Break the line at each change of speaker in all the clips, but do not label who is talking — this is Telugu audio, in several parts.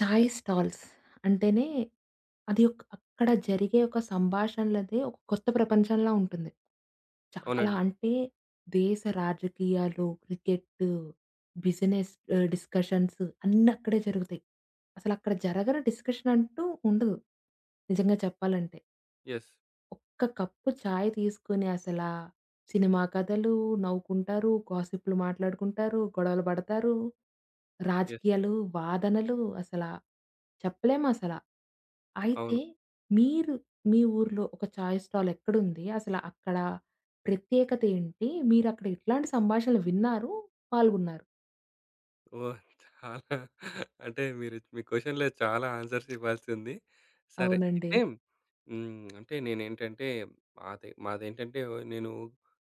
చాయ్ స్టాల్స్ అంటేనే అది ఒక అక్కడ జరిగే ఒక సంభాషణలదే ఒక కొత్త ప్రపంచంలా ఉంటుంది. చాలా
అవునండి.
అంటే దేశ రాజకీయాలు, క్రికెట్టు, బిజినెస్ డిస్కషన్స్ అన్నీ అక్కడే జరుగుతాయి. అసలక్కడ జరగని డిస్కషన్ అంటూ ఉండదు నిజంగా చెప్పాలంటే.
యెస్.
ఒక్క కప్పు చాయ్ తీసుకొని అసల సినిమా కథలు, నవ్వుకుంటారు, గాసిప్‌లు మాట్లాడుకుంటారు, గొడవలు పడతారు.
యెస్.
రాజకీయాలు, వాదనలు అసల చెప్పలేమసల. అయితే
అవును.
మీరు మీ ఊర్లో ఒక చాయ్ స్టాల్ ఎక్కడుంది? అసల అక్కడ ప్రత్యేకత ఏంటి? మీరక్కడ ఎట్లాంటి సంభాషణలు విన్నారు? పాల్గొన్నారు?
ఓహ్! చాలా అంటే మీరు మీ క్వెషన్‌లో చాలా ఆన్సర్స్ ఇవ్వాల్సుంది. సరే. అయితే
అవునండి.
అంటే నేనేంటంటే మాదేంటంటే నేను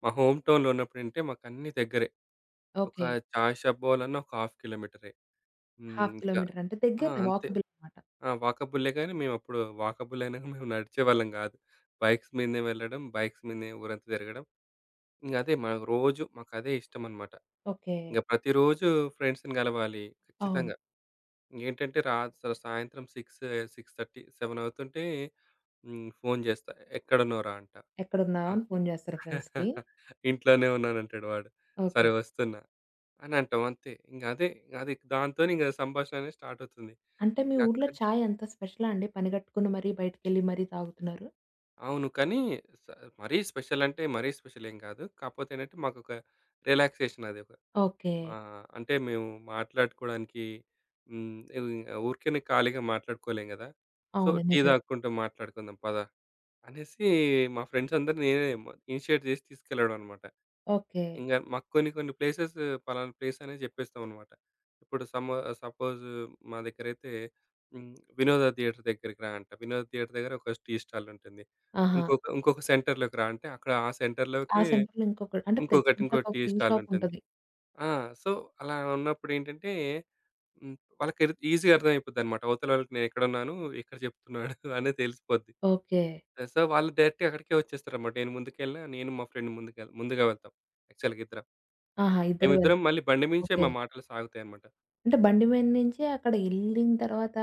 మా హోమ్ టౌన్‌లో ఉన్నప్పుడంటే మాకన్నీ దగ్గరే. ఒక
ఓకే.
చాయ్ షాప్ పోవాలన్నా ఒక హాఫ్ కిలోమీటరే.
హాఫ్
ఇంకా
కిలోమీటర్ అంటే
ఆ!
దగ్గరనే
అంతే.
వాకబుల్ అనమాట.
ఆ! వాకబులే గాని మేమప్పుడు వాకబుల్ అయినా మేము నడిచేవాళ్ళం కాదు. బైక్స్ మీదనే వెళ్ళడం, బైక్స్ మీదనే ఊరంతా తిరగడం. ఇంగ అదే మాకు రోజు మాకదే ఇష్టమనమాట.
ఓకే.
ఇంగ ప్రతిరోజు ఫ్రెండ్స్‌ని గలవాలి
అవును.
ఖచ్చితంగా. ఏంటంటే రా సాయంత్రం 6, 6:30, 7 అవుతుంటే ఫోను జేస్తా. "ఎక్కడున్నావురా" అంట.
ఎక్కడున్నావు
ఆ!
అని ఫోను చేస్తారు ఫ్రెండ్స్‌కి.
"ఇంట్లోనే ఉన్నానంటాడు" వాడు.
ఓకే.
"సరే వస్తున్నా" అని అంటాం అంతే. ఇంగ అదే ఇంకా అది దాంతోనే ఇంగ సంభాషణ అనేది స్టార్ట్ అవుతుంది.
అంటే మీ ఊర్లో
అక్కడ్
చాయ్ అంత స్పెషలా అండి? పనిగట్టుకుని మరీ బయటికెళ్ళి మరీ తాగుతున్నారు?
అవును. కానీ స మరీ స్పెషల్ అంటే మరీ స్పెషల్ ఏం గాదు. కాకపోతే ఏంటంటే మాకొక రిలాక్సేషన్ అది.
ఓకే.
ఆ! అంటే మేము మాట్లాడుకోవడానికి ఇవి ఊరికేనే ఖాళీగా మాట్లాడుకోలేం గదా! సో,
అవును.
టీ
నిజం.
తాగుకుంటూ మాట్లాడుకుందాం పద అనేసి మా ఫ్రెండ్స్ అందరిని నేనే ఇనిషియేట్ చేసి తీసుకెళ్ళడం అనమాట.
ఓకే.
ఇంగా మాకు కొన్ని కొన్ని ప్లేసెస్ పలానా ప్లేస్ అనేది చెప్పేస్తాం అనమాట. ఇప్పుడు సపోజ్ మా దగ్గరైతే హ్మ్. వినోద థియేటర్ దగ్గరికి రా అంట. వినోద థియేటర్ దగ్గర ఒక టీ స్టాల్ ఉంటుంది.
ఆహా!
ఇంకొక ఇంకొక సెంటర్‌లోకి రా అంటే అక్కడ ఆ
ఆ
సెంటర్‌లోకి
సెంటర్‌లో ఇంకొక అంటే ప్రతి
ఇంకొకటి ఇంకో
సెంటర్‌కి ఒక
టీ
టీ
స్టాల్
షాప్
ఉంటుంది.
ఉంటది.
ఆ! సో, అలా ఉన్నప్పుడేంటంటే, హ్మ్, వాళ్ళకి ఈజీగా అర్థమైపోద్దనమాట. అవతల వాళ్ళకి నేనెక్కడున్నాను, ఎక్కడ చెప్తున్నాడు అనేది తెలిసిపోద్ది.
ఓకే.
ఆహ్, సో, వాళ్ళు డైరెక్ట్‌గా అక్కడికే వచ్చేస్తారనమాట. నేను ముందుకెళ్ళినా, నేను మా ఫ్రెండ్ ముందుగా వెళ్తాం యాక్చువల్‌గా ఇద్దరం.
ఆహా! ఇద్దరు
మేమిద్దరం
వెళ్తారు.
మళ్ళీ బండి మించే
ఓకే.
మా మాటలు సాగుతాయనమాట.
అంటే బండి మీద నుంచి అక్కడ ఎళ్ళిన తర్వాత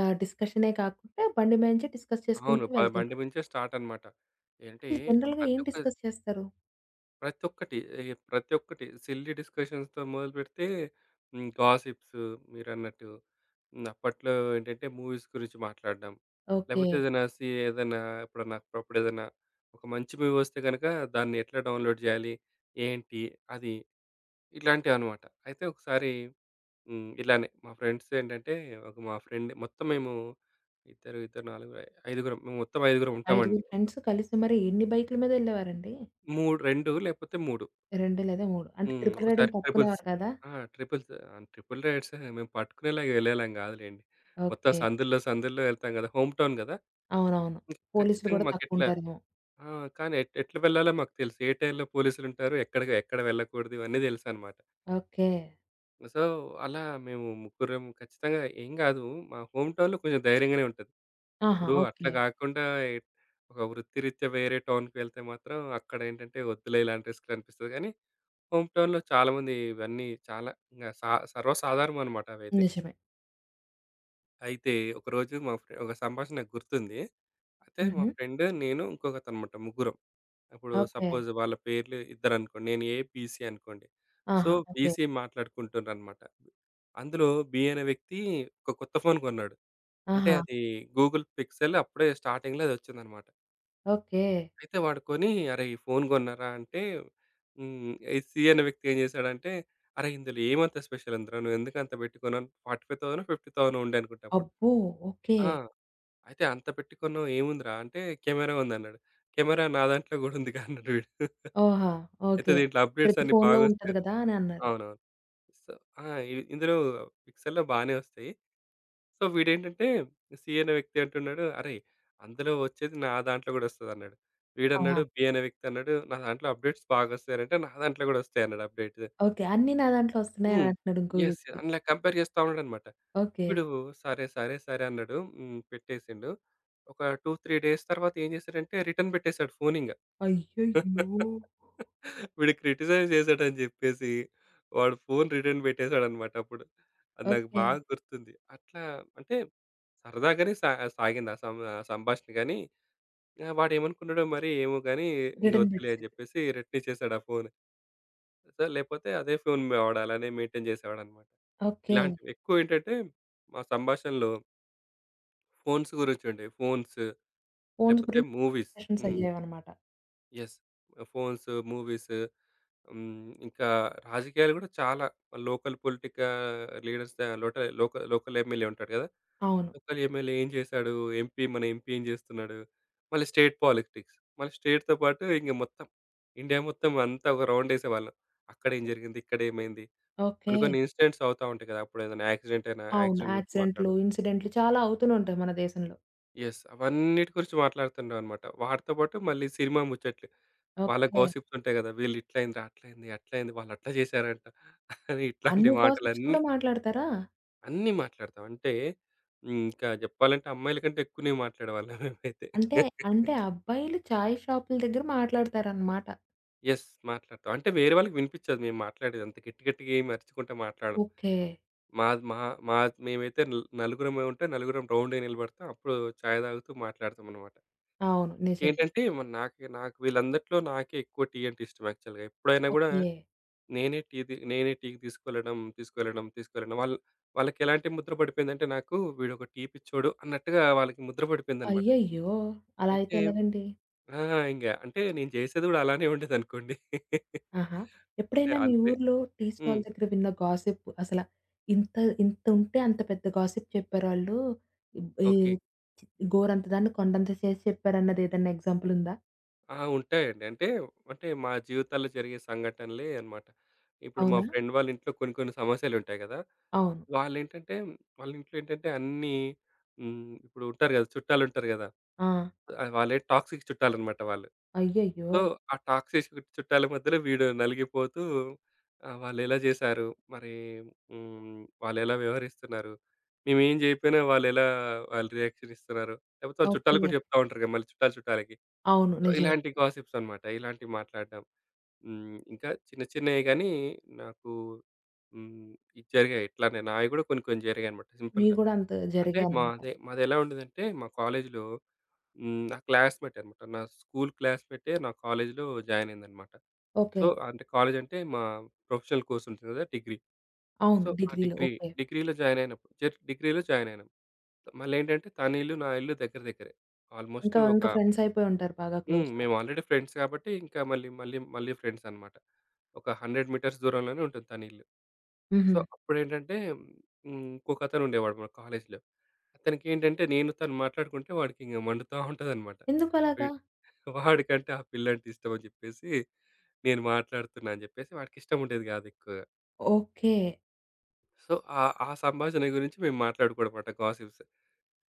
డిస్కషనే కాకుండా బండి మీద నుంచి డిస్కస్
అవును.
చేసుకుంటూ వెళ్తారు.
బండి మించే స్టార్ట్ అనమాట. అంటే
అసలు జనరల్‌గా
ప్రతి
ఏం
ఒక్క
డిస్కస్ చేస్తారు?
ప్రతి ఒక్కటి ఏ ప్రతి ఒక్కటి సిల్లీ డిస్కషన్స్‌తో మొదలుపెడితే హ్మ్. గాసిప్స్ మీరన్నట్టు. హ్మ్. అప్పట్లో ఏంటంటే మూవీస్ గురించి మాట్లాడడం.
ఓకే.
లేకపోతే ఏదైనా ఎప్పుడన్నా అప్పుడేదైనా ఒక మంచి మూవీ వస్తే గనక దాన్ని ఎట్లా డౌన్‌లోడ్ చేయాలి? ఏంటి? అది ఇట్లాంటివన్నమాట. అయితే ఒకసారి హ్మ్. ఇలానే మా ఫ్రెండ్స్ ఏంటంటే ఒక మా ఫ్రెండ్ మొత్తం మేము ఇద్దరు, ఇద్దరు, నలుగురు, ఐదుగురం మేము మొత్తం ఐదుగురం ఉంటామండి.
ఐదుగురు ఫ్రెండ్స్ కలిసి మరి ఎన్ని బైకుల మీద ఎళ్ళేవారండి?
3, 2 లేకపోతే 3.
2 లేదా 3 అంటే
హ్మ్.
ట్రిపుల్
ఒకసారి
రైడింగ్
ట్రిపుల్స్
పట్టుకునేవారు కదా!
ఆ! ట్రిపుల్స్ ఆహ్, ట్రిపుల్ రైడ్స్ మేము పట్టుకునేలాగా వెళ్ళేలాం గాదులెండి. మొత్తం
ఓకే.
సందుల్లో వెళ్తాం గదా! హోమ్ టౌన్ గదా!
అవునవును.
హ్మ్.
పోలీసులు
ఖచ్చితంగా
గూడా
మాకెట్లా
తక్కువుంటారేమో.
ఆ! కానీ ఎట్లా వెళ్ళాలో మాకు తెలుసు. ఏ టైంలో పోలీసులుంటారు, ఎక్కడ వెళ్ళకూడదు ఇవన్నీ తెలుసనమాట.
ఓకే.
సో, అలా మేము ముగ్గురం ఖచ్చితంగా ఏం గాదు మా హోమ్ టౌన్‌లో కొంచెం ధైర్యంగానే ఉంటది.
ఆహా!
ఇప్పుడు అట్లా
ఓకే.
గాకుండా ఎ ఒక వృత్తిరీత్యా వేరే టౌన్‌కి వెళ్తే మాత్రం అక్కడేంటంటే వద్దులే ఇలాంటి రిస్క్‌లనిపిస్తది గానీ హోమ్ టౌన్‌లో చాలామంది ఇవన్నీ చాలా ఇంగ సర్వసాధారణం అనమాట అవైతే.
నిజమే.
అయితే ఒకరోజు మా ఫ్రె ఒక సంభాషణ నాకు గుర్తుంది. అయితే మా
హుహు.
ఫ్రెండ్, నేను, ఇంకొకతనమాట ముగ్గురం. ఇప్పుడు
ఓకే.
సపోజ్ వాళ్ళ పేర్లు ఇద్దరనుకోండి. నేను ఏ, బి, సి అనుకోండి. సో,
ఆహా! ఓకే.
బీసీ మాట్లాడుకుంటున్నారనమాట. అందులో బి అనే వ్యక్తి ఒక కొత్త ఫోన్ కొన్నాడు. అంటే
ఆహా!
అది గూగుల్ పిక్సెల్ అప్పుడే స్టార్టింగ్‌లో అదొచ్చిందనమాట.
ఓకే.
అయితే వాడు కొని, "అరేయ్! ఫోను గొన్నారా" అంటే హ్మ్. ఈ సి అనే వ్యక్తి ఏం జేశాడంటే, "అరేయ్! ఇందులో ఏమంత స్పెషల్ ఉందిరా? నువ్వెందుకు అంత పెట్టి కొన్నావు? 45,000, 50,000 ఉండే అనుకుంటా అప్పుడు."
అబ్బో! ఓకే.
"ఆ! అయితే అంత పెట్టి కొన్నావు ఏముందిరా?" అంటే, "కెమెరా ఉందన్నాడు." "కెమెరా నా దాంట్లో గూడా ఉందిగా" అన్నాడు వీడు.
ఓహా!
అయితే
ఓకే.
దీంట్లో అప్‌డేట్స్
ప్రతి
అన్నీ
ఫోనులో ఉంటది
బాగొస్తాయిరా
గదా! అని అన్నారు.
అవునవును. సో ఆ! ఇందులో పిక్సెల్‌లో బానే వస్తాయి. సో వీడేంటంటే సి అనే వ్యక్తి అంటున్నాడు, "అరేయ్! అందులో వచ్చేది నా దాంట్లో గూడా వస్తదన్నాడు."
ఆహా!
వీడన్నాడు బి అనే వ్యక్తి అన్నాడు, "నా దాంట్లో అప్డేట్స్ బాగొస్తాయంటే నా దాంట్లో గూడా వస్తాయన్నాడు అప్డేట్స్."
ఓకే. అన్నీ నా దాంట్లో వస్తున్నాయి అని
హ్మ్.
అంటున్నాడు ఇంకో
యెస్.
వ్యక్తి.
అందులో కంపేర్ చేస్తా ఉన్నాడన్నమాట.
ఓకే.
వీడు సరే అన్నాడు. హ్మ్. పెట్టేసిండు. ఒక 2, 3 డేస్ తర్వాత ఏం చేశాడంటే రిటర్న్ పెట్టేసాడు ఫోనింగ.
అయ్యయ్యో!
వీడు క్రిటిసైజ్ చేశాడని చెప్పేసి వాడు ఫోను రిటర్న్ పెట్టేసాడన్నమాట అప్పుడు. అది నాకు
ఓకే.
బాగా గుర్తుంది. అట్లా అంటే సరదాగానే సాగింది ఆ ఆహ్, సంభాషణ గానీ, ఆహ్, వాడేమనుకున్నాడో మరి ఏమో గానీ, ఇంక
రిటర్న్
వద్దులే అని
పెట్టేసారు.
జెప్పేసి రెట్టిచ్చేసాడు ఆ ఫోను. సో, లేపోతే అదే ఫోను వాడు అలానే మెయింటైన్ జేసేవాడనమాట.
ఓకే.
ఇలాంటివి ఎక్కువేంటంటే, మా సంభాషణలో ఫోన్స్ గురించుండేవి. ఫోన్స్,
ఫోన్స్
లేపోతే
గురించి
మూవీస్.
డిస్కషన్స్
హ్మ్.
అయ్యాయన్నమాట.
యెస్. ఫోన్స్, మూవీస్ హ్మ్. ఇంకా రాజకీయాలు గూడా చాలా లోకల్ పొలిటికా లీడర్స్ ద లోట లోక లోకల్ ఎమ్మెల్యే ఉంటాడు గదా!
అవును.
లోకల్ ఎమ్మెల్యే ఏం చేశాడు? మన ఎంపీ ఏం చేస్తున్నాడు? మళ్ళీ స్టేట్ పాలిటిక్స్. మళ్ళీ స్టేట్‌తో పాటు ఇంక మొత్తం ఇండియా మొత్తం అంతా ఒక రౌండేసేవాళ్ళం. అక్కడేం జరిగింది? ఇక్కడేమైంది?
ఓకే.
కొన్ని కొన్ని ఇన్సిడెంట్స్ అవుతా ఉంటాయి కదా! అప్పుడు ఏదైనా యాక్సిడెంట్ అయినా
అవును.
యాక్సిడెంట్ గురించి
యాక్సిడెంట్లు,
మాట్లాడడం.
ఇన్సిడెంట్లు చాలా అవుతూనే ఉంటాయి మన దేశంలో.
యెస్. అవన్నిటి గురించి మాట్లాడుతుండేవన్నమాట. వాటితో పాటు మళ్ళీ సినిమా ముచ్చట్లు. వాళ్ళ
ఓకే.
గాసిప్స్ ఉంటాయి కదా! వీళ్ళు ఇట్లయిందిరా, అట్లయింది, అట్లయింది, వాళ్ళట్లా చేశారంట అని ఇట్లాంటి
అన్ని గాసిప్స్
మాటలన్నీ
కూడా
అన్నీ
మాట్లాడతారా?
అన్నీ మాట్లాడతాం. అంటే హ్మ్. ఇంకా చెప్పాలంటే అమ్మాయిల కంటే ఎక్కువనే మాట్లాడేవాళ్ళం మేమైతే.
అంటే, అంటే అబ్బాయిలు చాయ్ షాపుల దగ్గర మాట్లాడతారనమాట.
యెస్. మాట్లాడతాం. అంటే వేరే వాళ్ళకి వినిపిచ్చదు మేము మాట్లాడేది. అంత గట్టిగా ఏమి అరుచుకుంట మాట్లాడం.
ఓకే.
మాది మా మా మేమైతే నలుగురమే ఉంటే నలుగురం రౌండ్‌గా నిలబడతాం. అప్పుడు చాయ్ తాగుతూ మాట్లాడతామనమాట.
అవును. నిజమే.
ఇంకేంటంటే మరి నాకు నాకు వీళ్ళందట్లో నాకే ఎక్కువ టీ అంటే ఇష్టం యాక్చువల్‌గా. ఎప్పుడైనా గూడా
ఓకే.
నేనే టీ తి నేనే టీకి తీసుకెళ్ళడం, తీసుకెళ్ళడం, తీసుకెళ్ళడం. వాళ్ళు వాళ్ళకెలాంటి ముద్ర పడిపోయిందంటే నాకు వీడొక టీ పిచ్చోడు అన్నట్టుగా వాళ్ళకి ముద్ర పడిపోయిందనమాట.
అయ్యయ్యో! అలా అయితే
అయితే
ఎలాగండి?
ఆ! ఇంగ అంటే నేను చేసేది గూడా అలానే ఉండేదనుకోండి.
ఆహా!
అంటే
ఎప్పుడైనా మీ
అంతే
ఊర్లో టీ
హ్మ్.
స్టాల్ దగ్గర విన్న గాసిప్ అసల ఇంత ఇంతుంటే అంత పెద్ద గాసిప్ చెప్పారాళ్ళు. ఈ
ఓకే.
గోరంత దాన్ని కొండంత చేసి చెప్పారన్నది ఏదన్నా ఎగ్జాంపుల్ ఉందా?
ఆ! ఉంటాయండి. అంటే, మా జీవితాల్లో జరిగే సంఘటనలే అన్నమాట. ఇప్పుడు మా
అవునా?
ఫ్రెండ్ వాళ్ళ ఇంట్లో కొన్ని కొన్ని సమస్యలుంటాయి గదా!
అవును.
వాళ్ళేంటంటే, వాళ్ళ ఇంట్లో ఏంటంటే అన్నీ హ్మ్. ఇప్పుడు ఉంటారు గదా! చుట్టాలుంటారు గదా!
ఆ!
ఆహ్, వాళ్ళే టాక్సిక్ చుట్టాలన్నమాట వాళ్ళు.
అయ్యయ్యో!
సో, ఆ టాక్సిక్ చుట్టాల మధ్యలో వీడు నలిగిపోతూ ఆహ్, వాళ్ళెలా జేశారు? మరి హ్మ్. వాళ్ళెలా వ్యవహరిస్తున్నారు? మేమేం జేయకపోయినా వాళ్ళెలా వాళ్ళు ఎలా వాళ్ళు రియాక్షన్ ఇస్తున్నారు? లేకపోతే వాళ్ళ
ఓకే.
చుట్టాలకు గూడా జెప్తా ఉంటారు గదా! మళ్ళీ చుట్టాలు చుట్టాలకి.
అవును.
సో
నిజమే.
ఇలాంటి గాసిప్స్ అన్నమాట. ఇలాంటివి మాట్లాడడం. హ్మ్. ఇంకా చిన్న చిన్నయి గానీ నాకు హ్మ్. ఇది జరిగాయి. ఇట్లానే నాయి గూడా కొన్ని కొన్ని జరిగాయన్నమాట
మీవి
సింపుల్‌గా.
గూడా అంత
అంటే
జరిగాయనమాట.
మాదెలా ఉండేదంటే మా కాలేజీలో హ్మ్. నా క్లాస్‌మేట్ అన్నమాట. నా స్కూల్ క్లాస్‌మేటే నా కాలేజీలో జాయిన్ అయిందన్నమాట.
ఓకే.
సో, అంటే కాలేజ్ అంటే మా ప్రొఫెషనల్ కోర్స్ ఉంటుంది గదా! డిగ్రీ.
అవును.
సో, ఆ
డిగ్రీలో.
Degree
okay.
డిగ్రీలో జాయిన్ అయినప్పుడు జస్ట్ డిగ్రీలో జాయిన్ అయినాం. మళ్ళేంటంటే తన ఇల్లు, నా ఇల్లు దగ్గర దగ్గరే. ఆల్‌మోస్ట్
ఇంకా
ఒక
ఇంకా ఫ్రెండ్స్ అయిపోయి ఉంటారు బాగా
హ్మ్.
క్లోజ్‌గా.
మేము ఆల్రెడీ ఫ్రెండ్స్ కాబట్టి ఇంకా మళ్ళీ ఫ్రెండ్స్ అన్నమాట. ఒక 100 మీటర్స్ దూరంలోనే ఉంటుంది తన ఇల్లు.
హుహు.
సో, అప్పుడేంటంటే హ్మ్. ఇంకొకతను ఉండేవాడు మా కాలేజీలో. అతనికేంటంటే నేను తను మాట్లాడుకుంటే వాడికింక మండుతా ఉంటదన్నమాట.
ఎందుకు
వీ
అలాగా?
వాడికంటే ఆ పిల్లంటే ఇష్టమని జెప్పేసి నేను మాట్లాడుతున్నా అని జెప్పేసి వాడికిష్టం ఉండేది గాదు ఎక్కువగా.
ఓకే.
సో, ఆ ఆ సంభాషణ గురించి మేము మాట్లాడుకోవడం మాట గాసిప్స్.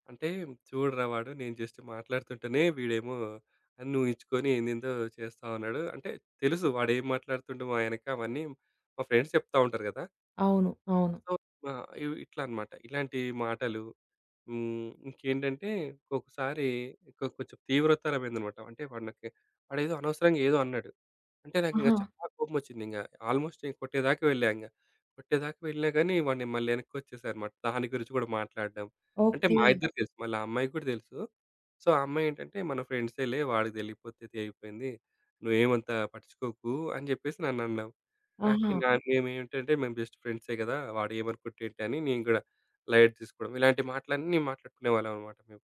అంటే చూడరా వాడు నేను జస్ట్ మాట్లాడుతుంటేనే వీడేమో అని నువ్వు ఇచ్చుకొని ఏందేందో చేస్తా ఉన్నాడు. అంటే తెలుసు వాడేం మాట్లాడుతుండు మా వెనక అవన్నీ మా ఫ్రెండ్స్ చెప్తా ఉంటారు కదా!
అవును. అవును.
సో, ఆహ్, ఇవి ఇట్లా అనమాట. ఇలాంటి మాటలు. హ్మ్. ఇంకేంటంటే ఒక్కొక్కసారి కొంచెం తీవ్రతరమైందనమాట. అంటే వాడు నాకు వాడేదో అనవసరంగా ఏదో అన్నాడు. అంటే నాకింక
ఆహా!
చాలా కోపమొచ్చిందింక. ఆల్‌మోస్ట్ నేను కొట్టేదాకా వెళ్ళా ఇంగ. కొట్టేదాకా వెళ్ళినా గానీ వాడిని మళ్ళీ వెనక్కొచ్చేసారన్నమాట. దాని గురించి గూడా మాట్లాడడం. అంటే
ఓకే.
మా ఇద్దరికి తెలుసు. మళ్ళీ ఆ అమ్మాయికి గూడా తెలుసు. సో, ఆ అమ్మాయేంటంటే మన ఫ్రెండ్సేలే వాడికి తెలియకపోతే అయిపోయింది. నువ్వేమంత పట్టించుకోకు అని జెప్పేసి నన్ననడం. నాకి
ఆహా!
నా మేమేంటంటే మేము జస్ట్ ఫ్రెండ్సే గదా! వాడేమనుకుంటేంటి అని నేను గూడా లైట్ తీసుకోవడం. ఇలాంటి మాటలన్నీ మాట్లాడుకునేవాళ్ళమన్నమాట మేము.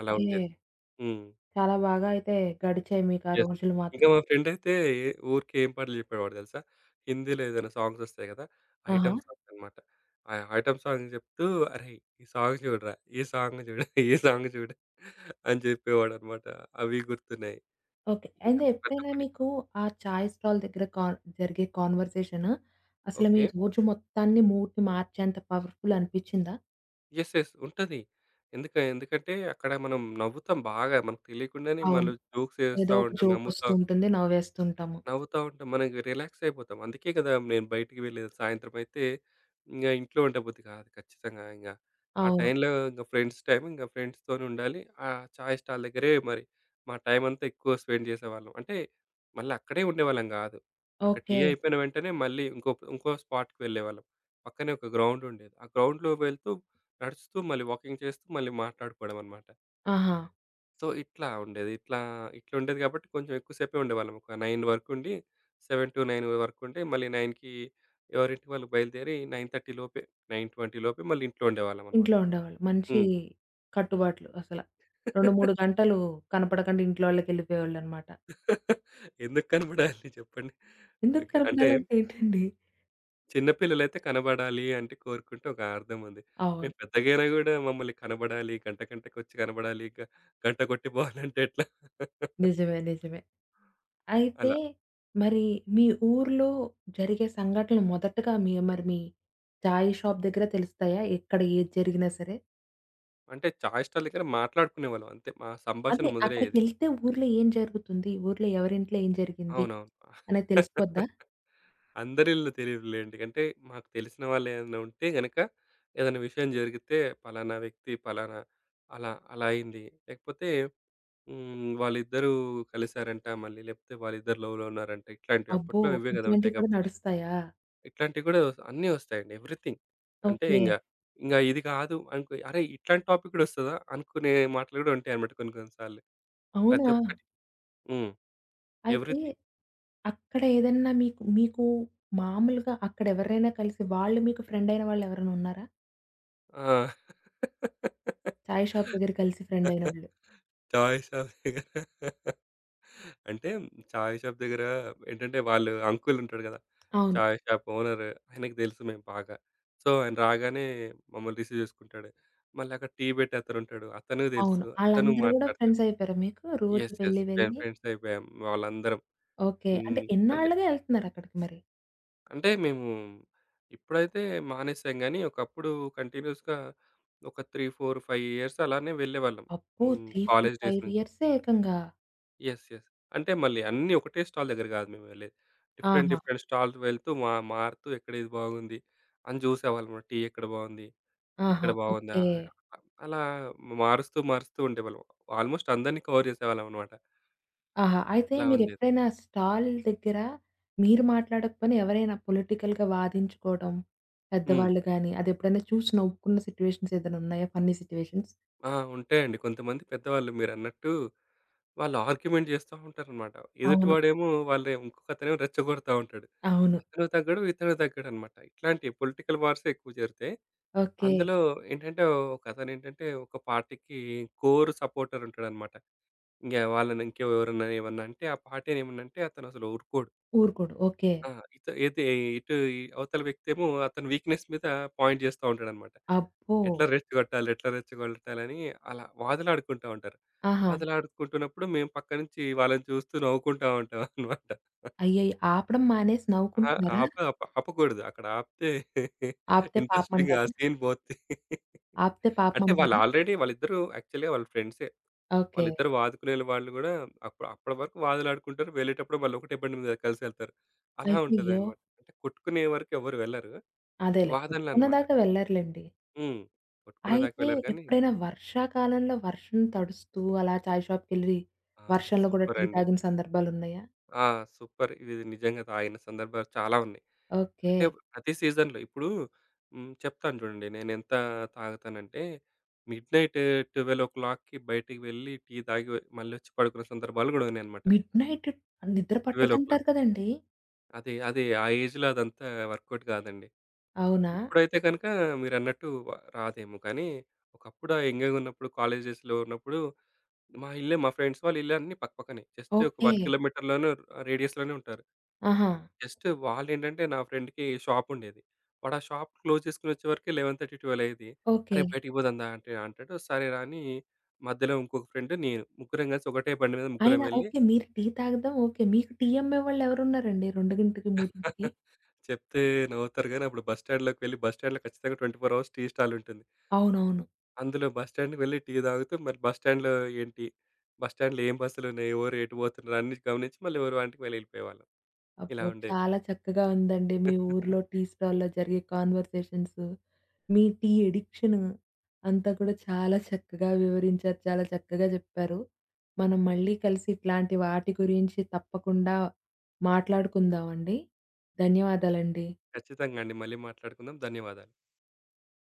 అలా ఉండేది. హ్మ్.
చాలా బాగా అయితే గడిచాయి మీకు ఆ
యెస్.
రోజులు
ఇంకా
మాత్రం.
మా ఫ్రెండయితే ఊరికే ఏం పాటలు చెప్పేవాడు తెలుసా? హిందీలో ఏదైనా సాంగ్స్ వస్తాయి కదా!
ఆహా!
ఐటెమ్ సాంగ్స్ అన్నమాట. ఆ ఐటెమ్ సాంగ్ చెప్తూ "అరేయ్! ఈ సాంగ్ చూడరా, ఈ సాంగ్ చూడు, ఈ సాంగ్ చూడు" అని చెప్పేవాడన్నమాట. అవి గుర్తున్నాయి.
ఓకే.
ఇలా
అయితే
ప్రతి
ఎప్పుడైనా
ఒక్కటి.
మీకు ఆ చాయ్ స్టాల్ దగ్గర జరిగే కాన్వర్సేషన్ అసలు మీ
ఓకే.
రోజు మొత్తాన్ని మూడ్‌ని మార్చేంత పవర్‌ఫుల్ అనిపిచ్చిందా?
యెస్. యెస్. ఉంటది. ఎందుకంటే అక్కడ మనం నవ్వుతాం బాగా. మనకు తెలియకుండానే
అవును.
మనం జోక్స్
ఏదో
చేస్తా
ఒక
ఉంటాం.
జోక్ వస్తూ ఉంటుంది. నవ్వేస్తుంటాము.
నవ్వుతా ఉంటాం. మనకి రిలాక్స్ అయిపోతాం. అందుకే కదా! నేను బయటికి వెళ్ళేది. సాయంత్రం అయితే ఇంగ ఇంట్లో ఉండబుద్ధి కాదు ఖచ్చితంగా ఇంగ. ఆ
అవును.
టైంలో ఇంగ ఫ్రెండ్స్ టైం ఇంగ ఫ్రెండ్స్‌తోని ఉండాలి. ఆ చాయ్ స్టాల్ దగ్గరే మరి మా టైం అంతా ఎక్కువ స్పెండ్ చేసేవాళ్ళం. అంటే మళ్ళీ అక్కడే ఉండేవాళ్ళం కాదు. అక్కడ టీ
ఓకే.
అయిపోయిన వెంటనే మళ్ళీ ఇంకో ఇంకో స్పాట్‌కి వెళ్ళేవాళ్ళం. పక్కనే ఒక గ్రౌండ్ ఉండేది. ఆ గ్రౌండ్‌లో వెళ్తూ, నడుస్తూ మళ్ళీ వాకింగ్ చేస్తూ మళ్ళీ మాట్లాడుకోవడం అన్నమాట.
ఆహా!
సో, ఇట్లా ఉండేది. ఇట్లుండేది కాబట్టి కొంచెం ఎక్కువ సేపే ఉండేవాళ్ళం. ఒక 9 వరకుండి 7-9 వరకుంటే మళ్ళీ 9కి ఎవరింటికి వాళ్ళు బయలుదేరి 9:30 లోపే 9:20 లోపే మళ్ళీ ఇంట్లో ఉండేవాళ్ళమనమాట.
ఇంట్లో ఉండేవాళ్ళు. మంచి
హ్మ్.
కట్టుబాట్లు అసల. 2, 3 గంటలు కనపడకుండా ఇంట్లోళ్ళకెళ్ళిపోయేవాళ్ళనమాట.
ఎందుకు కనబడాలి చెప్పండి?
ఎందుకు
ఓకే. అంటే
కనపడాలంటే ఏంటండి?
చిన్న పిల్లలైతే కనబడాలి అంటే కోరుకుంటే ఒక అర్థం ఉంది.
అవును.
మేము పెద్దగైనా గూడా మమ్మల్ని కనబడాలి, గంట గంటకొచ్చి కనబడాలి, గంట కొట్టి పోవాలంటే ఎట్లా?
నిజమే. నిజమే. అయితే
అలా.
మరి మీ ఊర్లో జరిగే సంఘటనలు మొదటగా మీ మీ చాయ్ షాప్ దగ్గర తెలుస్తాయా? ఎక్కడ ఏది జరిగినా సరే?
అంటే చాయ్ స్టాల్ దగ్గర మాట్లాడుకునేవాళ్ళం అంతే. మా సంభాషణ
అదే
మొదలయ్యేది.
అక్కడికెళ్తే ఊర్లో ఏం జరుగుతుంది? ఊర్లో ఎవరింట్లో ఏం జరిగింది?
అవునవును.
అనేది తెలిసిపోద్దా?
అందరి ఇల్లు తెలియదులేండి. అంటే మాకు తెలిసిన వాళ్ళు ఏదైనా ఉంటే గనక ఏదైనా విషయం జరిగితే పలానా వ్యక్తి పలానా అలా అలా అయింది. లేకపోతే హ్మ్. వాళ్ళిద్దరూ కలిసారంట మళ్ళీ లేకపోతే వాళ్ళిద్దరు లవ్‌లో ఉన్నారంట. ఇట్లాంటివి
అబ్బో!
అప్పట్లో ఇవే కదా ఉంటాయి
ఇట్లాంటివి కూడా
కాబట్టి
నడుస్తాయా?
అన్నీ వస్తాయండి. ఎవ్రీథింగ్. అంటే
ఓకే.
ఇంగ ఇంగ ఇది కాదు అనుకో అరే! ఇట్లాంటి టాపిక్ కూడా వస్తదా? అనుకునే మాటలు కూడా ఉంటాయన్నమాట కొన్ని కొన్ని సార్లు. ప్రతి
అవునా?
ఒక్కటి. హ్మ్.
అయితే
ఎవ్రీథింగ్.
అక్కడ ఏదన్నా మీకు మీకు మామూలుగా అక్కడెవరైనా కలిసి వాళ్ళు మీకు ఫ్రెండయిన వాళ్ళెవరైనా ఉన్నారా?
ఆ!
చాయ్ షాప్ దగ్గర కలిసి ఫ్రెండయినోళ్ళు.
చాయ్ షాప్ దగ్గర అంటే చాయ్ షాప్ దగ్గర ఏంటంటే వాళ్ళు అంకుల్ ఉంటాడు కదా!
అవును.
చాయ్ షాప్ ఓనర్ ఆయనకి తెలుసు మేము బాగా. సో, ఆయన రాగానే మమ్మల్ని రిసీవ్ చేసుకుంటాడు. మళ్ళీ అక్కడ టీ పెట్టే అతనుంటాడు. అతను తెలుసు.
అవును.
అతను
ఆళ్ళందరూ గూడా
మాట్లాడతాడు.
ఫ్రెండ్సయిపోయారా మీకు? రోజు
యెస్. యెస్.
వెళ్ళి వెళ్ళి
ఫ్రెండ్స్ అయిపోయాం వాళ్ళందరం.
ఓకే. అంటే
హ్మ్. అంటే,
ఎన్నాళ్ళుగా ఎళ్తున్నారక్కడికి మరి?
అంటే మేము ఇప్పుడైతే మానేసాం గానీ, ఒకప్పుడు కంటిన్యూయస్‌గా ఒక 3, 4, 5 ఇయర్స్ అలానే వెళ్ళేవాళ్ళం.
అబ్బో! 3,
హ్మ్.
4,
కాలేజ్ డేస్
5
నుంచి.
ఇయర్సే ఏకంగా.
యెస్. యెస్. అంటే మళ్ళీ అన్నీ ఒకటే స్టాల్ దగ్గర కాదు మేము వెళ్ళేది. డిఫరెంట్
ఆహా!
డిఫరెంట్ స్టాల్ వెళ్తూ మారుతూ ఎక్కడ ఇది బాగుంది అని చూసేవాళ్ళం. టీ ఎక్కడ బాగుంది?
ఆహా!
ఇక్కడ బాగుందా?
ఓకే.
అలా మారుస్తూ మారుస్తూ ఉండేవాళ్ళం. ఆల్‌మోస్ట్ అందరిని కవర్ చేసేవాళ్ళం అన్నమాట.
ఆహా! అయితే
అలా ఉండేది.
మీరెప్పుడైనా స్టాల్ దగ్గర మీరు మాట్లాడకపోయినా ఎవరైనా పొలిటికల్‌గా వాదించుకోవడం,
హ్మ్.
పెద్దవాళ్ళు గాని, అదెప్పుడైనా చూసి నవ్వుకున్న సిట్యుయేషన్స్ ఏదైనా ఉన్నాయా ఫన్నీ సిట్యుయేషన్స్?
ఆ! ఉంటాయండి. కొంతమంది పెద్దవాళ్ళు మీరన్నట్టు వాళ్ళు ఆర్గ్యుమెంట్ చేస్తా ఉంటారన్నమాట.
అవును.
ఎదుటివాడేమో వాళ్ళ ఇంకొకతనేమో రెచ్చగొడతా ఉంటాడు.
అవును.
అతను తగ్గడు, ఇతను తగ్గడన్నమాట. ఇట్లాంటి పొలిటికల్ వార్సే ఎక్కువ జరుగుతాయి.
ఓకే.
అందులో ఏంటంటే ఒకతనేంటంటే ఒక పార్టీకి కోర్ సపోర్టర్ ఉంటాడనమాట. ఇంగ వాళ్ళని ఇంకెవరన్నా ఏమన్నా అంటే ఆ పార్టీ ఏమనంటే అతనసలు ఊరుకోడు.
ఊరుకోడు. ఓకే.
ఆ! అయితే ఇటు ఈ అవతల వ్యక్తేమో అతని వీక్‌నెస్ మీద పాయింట్ జేస్తా ఉంటాడనమాట.
అబ్బో!
ఎట్లా రెచ్చగొట్టాలి? ఎట్లా రెచ్చగొట్టాలని అలా వాదులాడుకుంటా ఉంటారు.
ఆహా!
వాదులాడుకుంటున్నప్పుడు మేము పక్క నుంచి వాళ్ళని చూస్తూ నవ్వుకుంటా ఉంటాం అనమాట.
అయ్యయ్య! ఆపడం మానేసి
ఆహా!
నవ్వుకుంటున్నారా?
ఆప ఆప ఆపకూడదు. అక్కడ ఆపితే
ఆపితే
ఇంట్రెస్టింగ్ ఆ
పాపమంటారా?
సీన్ పోద్ది.
ఆపితే
అంటే వాళ్ళు
పాపమంటారా?
ఆల్రెడీ వాళ్ళిద్దరూ యాక్చువల్‌గా వాళ్ళు ఫ్రెండ్సే.
ఓకే.
వాళ్ళిద్దరు వాదుకునేల వాళ్ళు గూడా అప్పుడు అప్పటి వరకు వాదులాడుకుంటారు. వెళ్ళేటప్పుడు మళ్ళీ ఒకటే బండి మీద కలిసి వెళ్తారు. అలా
అయ్యయ్యో!
ఉంటదనమాట. అంటే కొట్టుకునే వరకు ఎవరు వెళ్లరు.
అదేలే కొట్టుకున్న
వాదనలనమాట.
దాకా వెళ్లరులెండి.
హ్మ్. కొట్టుకునే దాకా
అయితే
వెళ్లరు కానీ
ఎప్పుడైనా వర్షాకాలంలో వర్షం తడుస్తూ అలా చాయ్ షాప్‌కెళ్లి
ఆ!
వర్షంలో కూడా టీ
సూపరండి.
తాగిన సందర్భాలున్నాయా?
ఆ! సూపర్. ఇది నిజంగా తాగిన సందర్భాలు చాలా ఉన్నాయి.
ఓకే.
అంటే ప్రతి సీజన్‌లో ఇప్పుడు హ్మ్. చెప్తాను చూడండి. నేనెంత తాగుతానంటే మిడ్‌నైట్ 12:00కి బయటికి వెళ్లి టీ తాగి మళ్ళొచ్చి పడుకున్న సందర్భాలు గూడా ఉన్నాయన్నమాట.
మిడ్‌నైట్ నిద్ర
12:00
పట్టదంటారు కదండీ!
అది అది ఆ ఏజ్‌లో అదంతా వర్కౌట్ కాదండి.
అవునా?
ఇప్పుడైతే గనుక మీరన్నట్టు రాదేమో కానీ, ఒకప్పుడు యంగ్‌గా ఉన్నప్పుడు కాలేజెస్‌లో ఉన్నప్పుడు, మా ఇల్లే మా ఫ్రెండ్స్ వాళ్ళ ఇల్లన్నీ పక్కపక్కనే. జస్ట్ ఒక
ఓకే.
1 కిలోమీటర్‌లోనే రేడియస్‌లోనే ఉంటారు.
ఆహా!
జస్ట్ వాళ్ళేంటంటే నా ఫ్రెండ్‌కి షాప్ ఉండేది. వాడు ఆ షాప్ క్లోజ్ చేసుకొని వచ్చేవరకి 11:30, 12 అయ్యేది. "అరే!
ఓకే.
బయటికి పోదాం దా" అంటే అంటాడు. సరేరా అని మధ్యలో ఇంకొక ఫ్రెండ్ నేను ముగ్గురం కలిసి ఒకటే బండి మీద ముగ్గురం
అయినా
వెళ్ళి
ఓకే. మీరు టీ తాగడం ఓకే. మీకు టీ అమ్మేవాళ్ళు ఎవరున్నారండి 2కి, 3కి?
చెప్తే నవ్వుతారు గానీ, అప్పుడు బస్ స్టాండ్‌లోకి వెళ్లి బస్ స్టాండ్‌లో ఖచ్చితంగా 24 అవర్స్ టీ స్టాల్ ఉంటుంది.
అవునవును.
అందులో బస్ స్టాండ్‌కి వెళ్లి టీ తాగుతూ మరి బస్ స్టాండ్‌లో ఏంటి? బస్ స్టాండ్‌లో ఏం బస్సులున్నాయి? ఎవరు ఎటు పోతున్నారు? అన్నీ గమనించి మళ్ళీ ఎవరి వాటికి వాళ్ళు వెళ్ళిపోయేవాళ్ళం. ఇలా
అబ్బో!
ఉండేది.
చాలా చక్కగా ఉందండి. మీ ఊర్లో టీ స్టాల్‌లో జరిగే కాన్వర్సేషన్స్, మీ టీ ఎడిక్షన్ అంతా కూడా చాలా చక్కగా వివరించారు. చాలా చక్కగా చెప్పారు. మనం మళ్ళీ కలిసి ఇట్లాంటి వాటి గురించి తప్పకుండా మాట్లాడుకుందామండి. ధన్యవాదాలండి.
ఖచ్చితంగా అండి. మళ్ళీ మాట్లాడుకుందాం. ధన్యవాదాలు.